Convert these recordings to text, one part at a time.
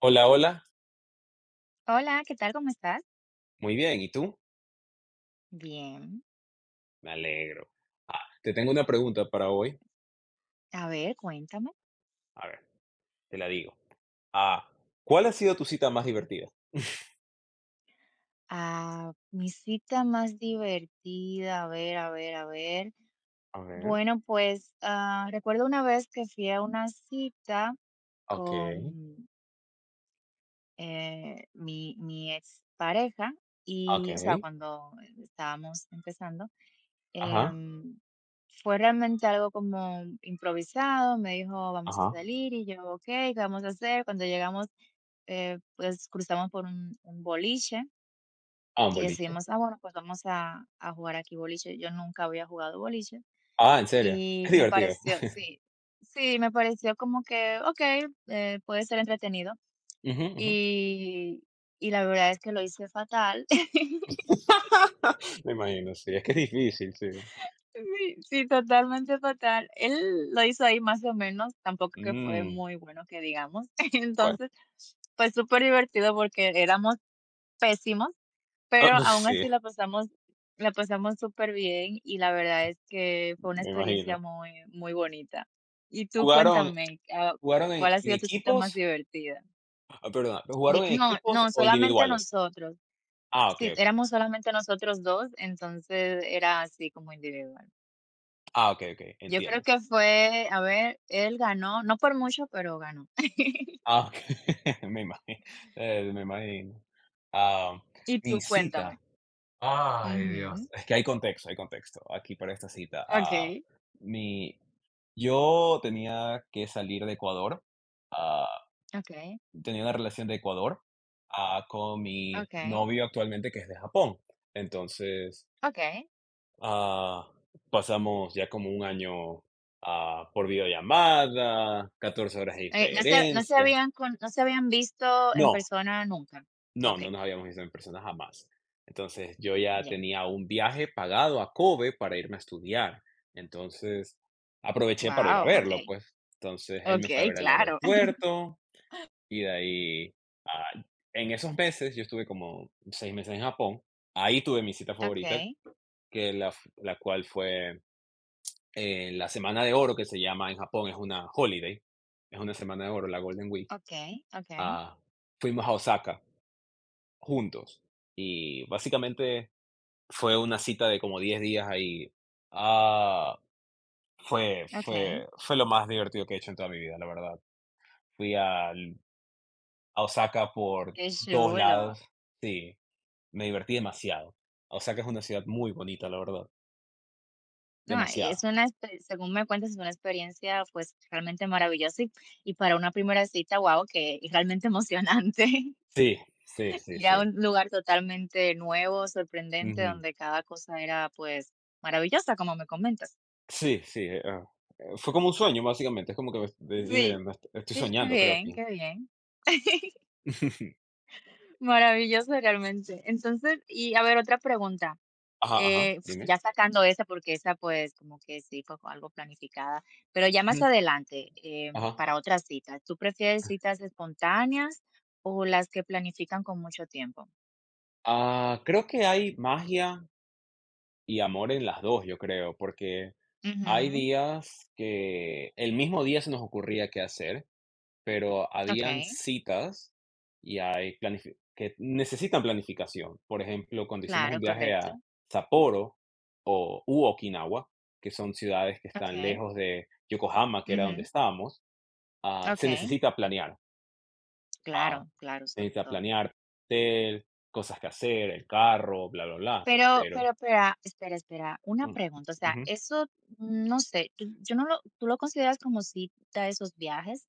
Hola, hola. Hola, ¿qué tal? ¿Cómo estás? Muy bien, ¿y tú? Bien. Me alegro. Te tengo una pregunta para hoy. A ver, cuéntame. A ver, te la digo. Ah, ¿Cuál ha sido tu cita más divertida? Mi cita más divertida. A ver, a ver, a ver. A ver, Bueno, pues recuerdo una vez que fui a una cita okey, con mi expareja y, o sea, okey. cuando estábamos empezando. Ajá, Em, fue realmente algo como improvisado. Me dijo, vamos a ajá. salir, y yo, ok, ¿qué vamos a hacer? Cuando llegamos, pues cruzamos por un boliche Un y boliche. decidimos, bueno, pues vamos a jugar aquí boliche. Yo nunca había jugado boliche ¿En serio? y Es me divertido. pareció, sí, sí, me pareció como que, ok, puede ser entretenido, Ujú, ujú. y, y la verdad es que lo hice fatal. Me imagino, sí, es que es difícil, sí. Sí, sí, totalmente total. Él lo hizo ahí más o menos, tampoco que fue Mm, muy bueno que digamos. bueno, Entonces, pues súper divertido porque éramos pésimos, pero aún sí, así la pasamos súper bien, y la verdad es que fue una me experiencia imagino. muy, muy bonita. Y tú ¿Jugaron cuéntame, jugaron ¿cuál en ha en sido tu cita más equipos? divertida? Perdona, Di ¿jugaron en no, equipos no, o solamente individuales? nosotros. Sí, Okey, okey. éramos solamente nosotros 2, entonces era así como individual. Okey, okey, Yo creo entiendo. que fue, a ver, él ganó, no por mucho, pero ganó. Okey. Me imagino, me imagino. Am, Y tú Mi cuéntame. cita, ay, Dios, Ujú. es que hay contexto aquí para esta cita. Ah, Okay, mi Yo tenía que salir de Ecuador, ah, okay, tenía una relación de Ecuador, con mi okay. novio actualmente, que es de Japón. Entonces, Okey. ah, pasamos ya como un año, por videollamada, 14 horas de Eh, no se no se diferencia. habían con no se habían visto en No, persona nunca. no, no Okay, nos habíamos visto en persona jamás. Entonces, yo ya ya. tenía un viaje pagado a Kobe para irme a estudiar. Entonces, aproveché para ir a Wow, verlo, okay, pues. Entonces, él me fue a okay, ver al claro. aeropuerto y de ahí, ah, en esos meses, yo estuve como 6 meses en Japón. Ahí tuve mi cita favorita, Okay, la cual fue la Semana de Oro, que se llama en Japón, es una holiday, es una Semana de Oro, la Golden Week. okay, okay, Ah, Fuimos a Osaka juntos y básicamente fue una cita de como 10 días ahí. Ah, fue okay. fue fue lo más divertido que he hecho en toda mi vida, la verdad. Fui al a Osaka por Qué todos chulo. lados. Sí, me divertí demasiado. Osaka es una ciudad muy bonita, la verdad, No, es demasiado. una expe según me cuentas, es una experiencia, pues, realmente maravillosa, y para una primera cita, wow, que realmente emocionante. Sí, sí, sí, Ir a sí. un lugar totalmente nuevo, sorprendente, Ujú. donde cada cosa era, pues, maravillosa, como me comentas. Sí, sí, fue como un sueño, básicamente. Es como que ves de dije: Sí. "No, estoy Qué soñando, creo bien, aquí". qué bien. Maravilloso realmente. Entonces, y a ver, otra pregunta, Ajá, ajá, dime. ya sacando esa, porque esa, pues, como que sí fue algo planificada, pero ya más Ujú, adelante, ajá. para otras citas, ¿tú prefieres citas espontáneas o las que planifican con mucho tiempo? Creo que hay magia y amor en las 2 yo creo, porque hay Ujú, días que el mismo día se nos ocurría qué hacer, pero habían okey, citas y hay planifi que necesitan planificación. Por ejemplo, cuando hicimos un claro, viaje correcto. a Sapporo o u Okinawa, que son ciudades que están Okey, lejos de Yokohama, que era donde ujú, estábamos, se okey. necesita planear. Ah, Claro, claro, Se sobre necesita todo. planear hotel, cosas que hacer, el carro, bla, bla, bla, Pero pero espera, espera, espera, una mm, pregunta, o sea, ujú. eso, no sé, tú yo no lo ¿tú lo consideras como cita esos viajes?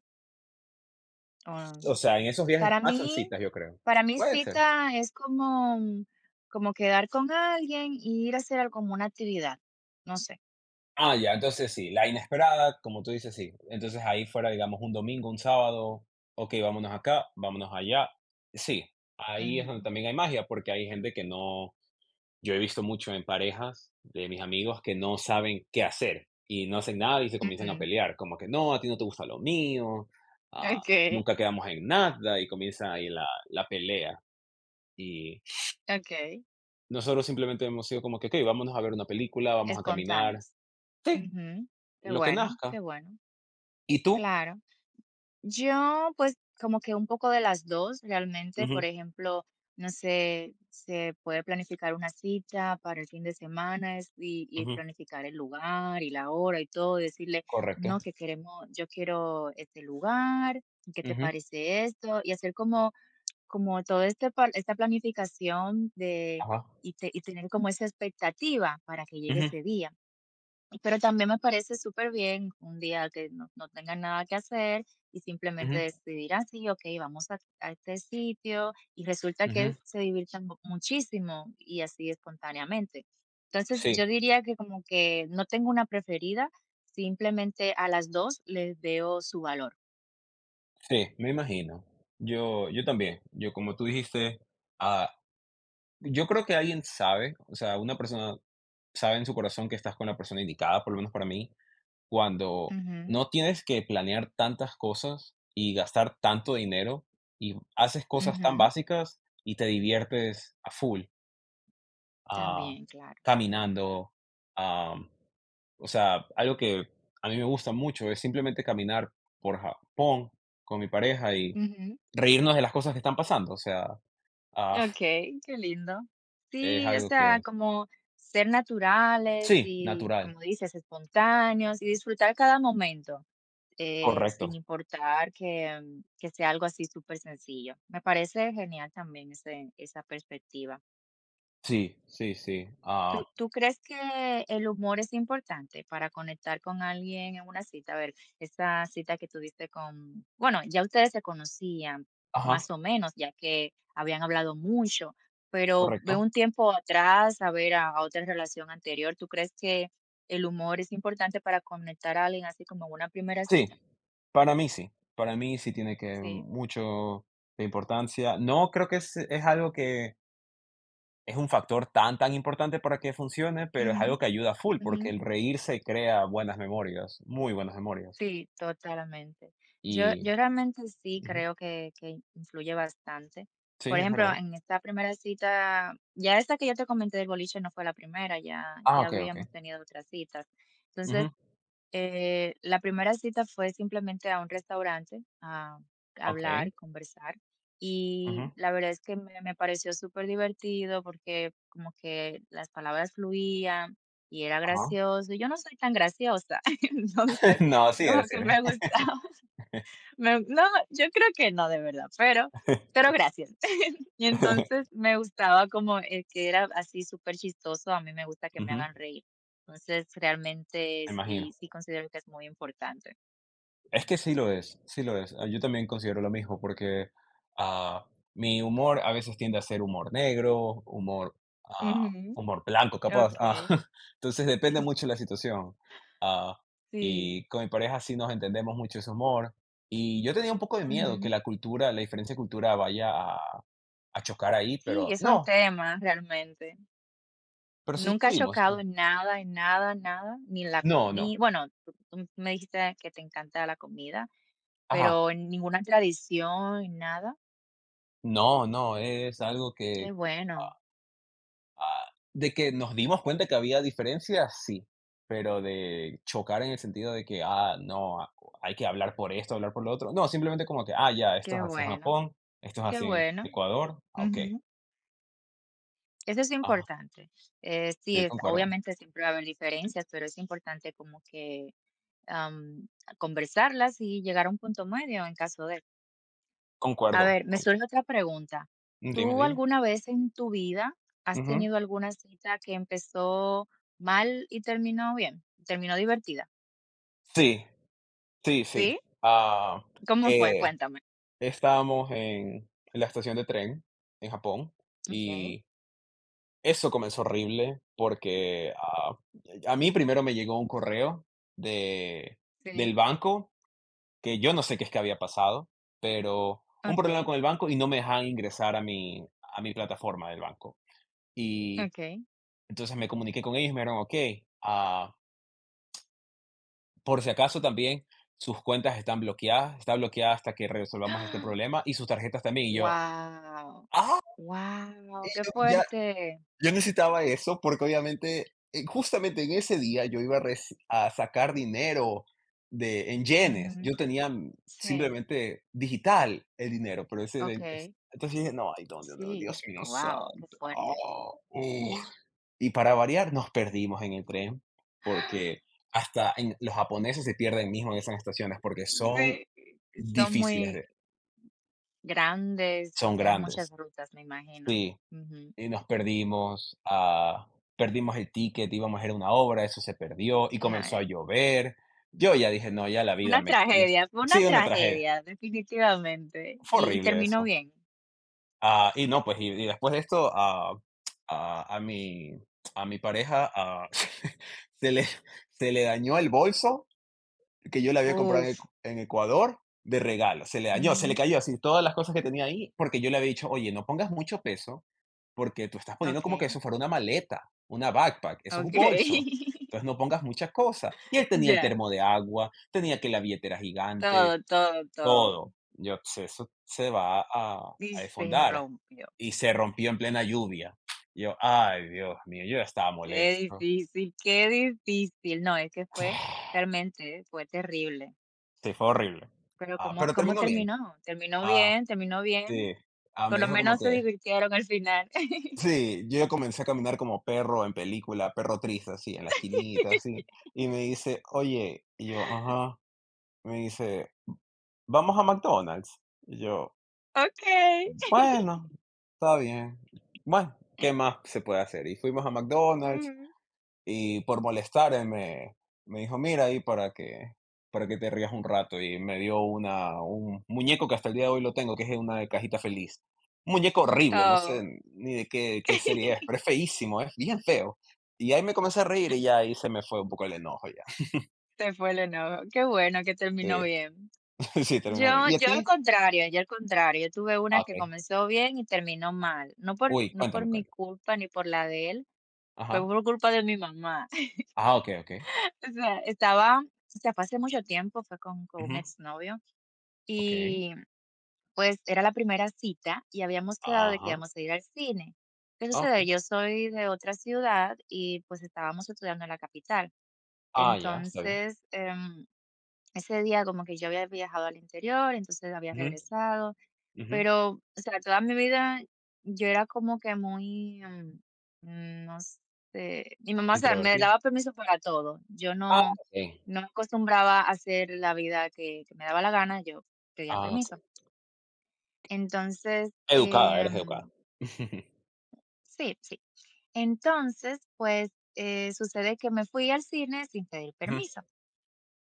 O O sea, en esos viajes para pasan mí citas, yo creo. para mí Puede ser. cita es como como quedar con alguien y ir a hacer algo como una actividad, no sé. Ya, entonces sí, la inesperada, como tú dices, sí. Entonces ahí fuera, digamos, un domingo, un sábado, ok, vámonos acá, vámonos allá. Sí, ahí es donde Ujú, también hay magia, porque hay gente que no, yo he visto mucho en parejas de mis amigos que no saben qué hacer y no hacen nada y se comienzan a ujú. pelear, como que no, a ti no te gusta lo mío, Okey, nunca quedamos en nada y comienza ahí la pelea. Y okey, nosotros simplemente hemos sido como que, okey, vámonos a ver una película, vamos a caminar. espontáneos. Sí, Ujú. Qué lo que bueno, nazca. qué bueno. ¿Y tú? Claro. Yo, pues, como que un poco de las 2 realmente. Por Ujú, ejemplo, no sé, se puede planificar una cita para el fin de semana es y ujú, planificar el lugar y la hora y todo, decirle: "No, correcto. que queremos yo quiero este lugar, ¿qué te Ujú, parece esto?". Y hacer como todo este pa esta planificación de ajá. y te y tener como esa expectativa para que llegue Ujú, ese día. Pero también me parece súper bien un día que no, no tengan nada que hacer, y simplemente ujú, decidir así, ok, vamos a este sitio, y resulta que ujú. se diviertan muchísimo y así espontáneamente. Entonces, Sí, yo diría que como que no tengo una preferida, simplemente a las dos les veo su valor. sí, me imagino. Yo también. Yo, como tú dijiste, ah, yo creo que alguien sabe, o sea, una persona sabe en su corazón que estás con la persona indicada, por lo menos para mí. Cuando Ujú, no tienes que planear tantas cosas y gastar tanto dinero y haces cosas tan ujú, básicas y te diviertes a full, ah, también, claro. caminando, am, o sea, algo que a mí me gusta mucho es simplemente caminar por Japón con mi pareja y Ujú. reírnos de las cosas que están pasando, o sea, ah, Okey, qué lindo. es Sí, o algo sea, que como ser naturales sí, y, natural, como dices, espontáneos y disfrutar cada momento, sin correcto, importar que, que sea algo así súper sencillo. Me parece genial también ese esa perspectiva. sí, sí, sí, ¿Tú crees que el humor es importante para conectar con alguien en una cita? A ver, esa cita que tuviste con, bueno, ya ustedes se conocían ajá, más o menos, ya que habían hablado mucho, pero de correcto. un tiempo atrás, a ver, a otra relación anterior, ¿tú crees que el humor es importante para conectar a alguien así como en una primera cita? Sí, para mí sí. Para mí sí tiene que Sí. mucho de importancia. No creo que es algo que es un factor tan, tan importante para que funcione, pero es Ujú, algo que ayuda full, ujú. porque el reírse crea buenas memorias, muy buenas memorias. Sí, totalmente. Yo Y yo realmente sí ujú, creo que influye bastante. sí, Por es ejemplo, verdad. en esta primera cita, ya esta que yo te comenté del boliche no fue la primera, ya Okey, okey. habíamos tenido otras citas. Entonces, Ujú, la primera cita fue simplemente a un restaurante, a okey, hablar, conversar, ujú, y la verdad es que me pareció súper divertido porque como que las palabras fluían y era ajá. gracioso. Y yo no soy tan graciosa, entonces No, sí como eres, sí que eres. me gustaba. Me no, yo creo que no, de verdad, pero gracias. Y entonces me gustaba como, que era así súper chistoso, a mí me gusta que me Ujú, hagan reír. Entonces, realmente me sí imagino. sí considero que es muy importante. Es que sí lo es, sí lo es. Yo también considero lo mismo porque, ah, mi humor a veces tiende a ser humor negro, humor, ah, Ujú. humor blanco capaz, Okey, entonces depende mucho de la situación. Ah, sí. y con mi pareja sí nos entendemos mucho ese humor, y yo tenía un poco de miedo que Ujú. la cultura, la diferencia de cultura vaya a chocar ahí, Sí, pero es un no, tema realmente. pero sí Nunca ha pudimos, chocado pues. En nada, nada, ni en la No, no. comida, bueno, tú me dijiste que te encanta la comida, Ajá. pero en ninguna tradición, en nada. No, no, es algo Qué que, bueno, Ah, de que nos dimos cuenta que había diferencias, sí, pero de chocar en el sentido de que, no, hay que hablar por esto, hablar por lo otro. No, simplemente como que, ya, esto qué es así en bueno. Japón, esto es Qué así en bueno. Ecuador. Okey. Ujú. Eso es Ajá, importante. Sí, sí, es, concuerdo, obviamente siempre va a haber diferencias, pero es importante como que, am, conversarlas y llegar a un punto medio en caso de... A concuerdo, ver, me surge otra pregunta. Dime, ¿Tú dime. alguna vez en tu vida has Ujú. tenido alguna cita que empezó mal y terminó bien? ¿Terminó divertida? Sí, sí, sí. ¿Sí? Ah, ¿Cómo fue? eh, Cuéntame. Estábamos en la estación de tren en Japón Okay. y eso comenzó horrible porque, a mí primero me llegó un correo de del Sí, banco, que yo no sé qué es que había pasado, pero un problema okay. con el banco y no me dejaban ingresar a mi plataforma del banco. Y Okay. entonces me comuniqué con ellos y me dijeron: "Okey, por si acaso también sus cuentas están bloqueadas, está bloqueada hasta que resolvamos este problema y sus tarjetas también". Y yo: ¡Wow! "¡Ah, ¡Wow! ¡Qué ya!". fuerte! Yo necesitaba eso porque obviamente, justamente en ese día yo iba a reci a sacar dinero de en yenes. Yo Ujú, tenía, sí, simplemente digital el dinero, pero ese de es okay, entonces dije: "No, ay, ¿dónde? No, no, sí, Dios mío wow, qué santofuerte. uh". Y para variar, nos perdimos en el tren, ¡Ah! porque hasta en los japoneses se pierden mismo en esas estaciones porque son Sí, son difíciles muy de grandes y son tienen muchas grandes. rutas, me imagino. Sí. Ujú, Y nos perdimos, perdimos el ticket, íbamos a ir a una obra, eso se perdió y no, comenzó a llover. Yo ya dije: "No, ya la vida me" fue una sí, una tragedia. tragedia, definitivamente. Fue Y horrible terminó eso. bien. Y no, pues, y después de esto, a a mi a mi pareja, se le se le dañó el bolso que yo le había comprado Uf, en Ecuador de regalo. Se le dañó, se le ujú, cayó así todas las cosas que tenía ahí, porque yo le había dicho: "Oye, no pongas mucho peso, porque tú estás poniendo como que okay, eso fuera una maleta, una backpack, eso es un okay. bolso. Entonces no pongas muchas cosas. Y él tenía el Ya, termo de agua, tenía que la billetera gigante, todo, todo, todo. todo. Yo, pues eso se va a, Y a se desfondar. rompió. Y se rompió en plena lluvia. Yo, ay, Dios mío, yo ya estaba Qué molesto. difícil, qué difícil. No, es que fue realmente fue terrible. Sí, fue horrible. Pero ¿cómo Pero cómo terminó bien. terminó? Terminó Ah, bien, terminó bien. sí. Por Me lo dijo como menos se que, divirtieron al final. sí, yo ya comencé a caminar como perro en película, perro triste, así, en la esquinita, así. Y me dice: "Oye", y yo: "Ajá". Me dice: "Vamos a McDonald's". Y yo: Okey. "Bueno, está bien". Bueno, ¿qué más se puede hacer? Y fuimos a McDonald's. Ujú. Y por molestarme, me dijo, mira ahí para que, te rías un rato. Y me dio un muñeco que hasta el día de hoy lo tengo, que es una cajita feliz. Un muñeco horrible, no sé Oh. ni qué serie es, pero es feísimo, es bien feo. Y ahí me comencé a reír y ya ahí se me fue un poco el enojo ya. Se fue el enojo. Qué bueno que terminó Sí, bien. sí, terminó bien. Yo ¿Y a yo al ti? contrario, yo al contrario. Yo tuve una Ok. que comenzó bien y terminó Ah, mal. No por Uy, no por cuéntame, mi cuéntame. culpa ni por la de él, fue Ajá. por culpa de mi mamá. Ok, ok. O sea, estaba o sea, fue hace mucho tiempo, fue con un Ujú, exnovio, ok. y pues era la primera cita y habíamos quedado de que Ajá. íbamos a ir al cine. ¿Qué sucede? Ok. Yo soy de otra ciudad y pues estábamos estudiando en la capital. Ya, está bien. Entonces, ese día como que yo había viajado al interior, entonces había Ujú, regresado, ujú. pero, o sea, toda mi vida yo era como que muy, no sé, mi mamá, o sea, me Introvertida. daba permiso para todo. Yo no, Ok. no acostumbraba a hacer la vida que, me daba la gana, yo pedía Ok. permiso. Entonces, Educada, eres educada. Ujú. sí, sí. Entonces, pues, sucede que me fui al cine sin pedir Ujú. permiso.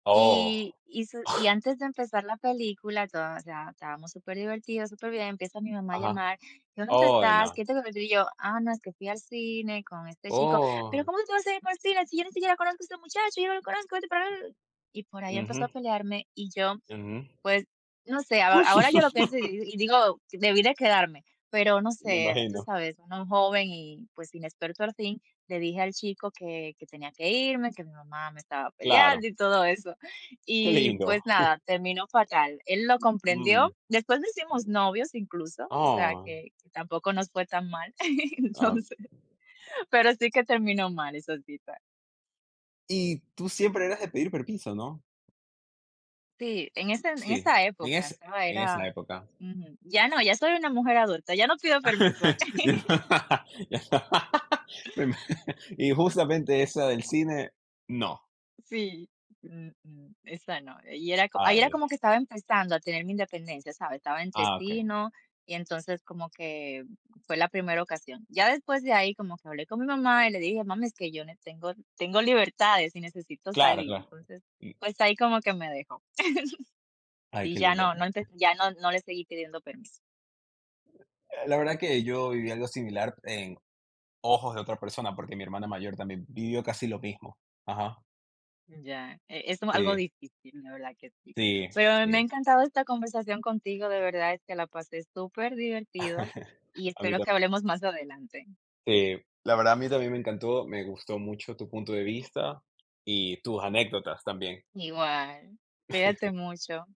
Oh. Y antes de empezar la película, todo, o sea, estábamos súper divertidos, súper bien. Empieza mi mamá a Ajá. llamar, ¿y dónde Ay, estás? no. ¿Qué te convirtió? Y yo, no, es que fui al cine con este chico. Pero Oh. ¿cómo te vas a ir por el cine si yo ni siquiera conozco a este muchacho? Yo no lo conozco. Vete para allá". Y por ahí empezó a Ujú, pelearme, y yo ujú. pues, no sé, ahora yo lo pienso y y digo, debí de quedarme, pero no Me sé, tú imagino. sabes, uno joven y pues inexperto al fin, le dije al chico que, tenía que irme, que mi mamá me estaba peleando Claro. y todo eso. Qué Y pues lindo. nada, terminó fatal. Él lo comprendió, Mm. después nos hicimos novios incluso, o sea Oh, que, tampoco nos fue tan mal, am, entonces, pero sí que terminó mal, eso sí. y tú siempre eras de pedir permiso, ¿no? Sí, en ese en Sí, esa en época es estaba en esa era época. ujú. Ya no, ya soy una mujer adulta, ya no pido permiso. Ya no- ya no. Me ima y justamente esa del cine, no. Sí, esa no. Y era co ahí era Ay, como que estaba empezando a tener mi independencia, ¿sabes? Estaba entre okey. sí, ¿no? Y entonces como que fue la primera ocasión. Ya después de ahí como que hablé con mi mamá y le dije: "Mami, es que yo ne tengo tengo libertades y necesito Claro, salir". claro. Entonces, Y pues ahí como que me dejó, ay, y qué ya lindo. no no empe ya no no le seguí pidiendo permiso. La verdad que yo viví algo similar en ojos de otra persona, porque mi hermana mayor también vivió casi lo mismo. Ajá. Ya, algo Sí, difícil, la verdad que sí. sí, Pero me ha sí. encantado esta conversación contigo, de verdad es que la pasé súper divertido y A mí espero tam que hablemos más adelante. sí. La verdad, a mí también me encantó, me gustó mucho tu punto de vista y tus anécdotas también. Igual, cuídate mucho.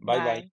Bye, bye. Bye.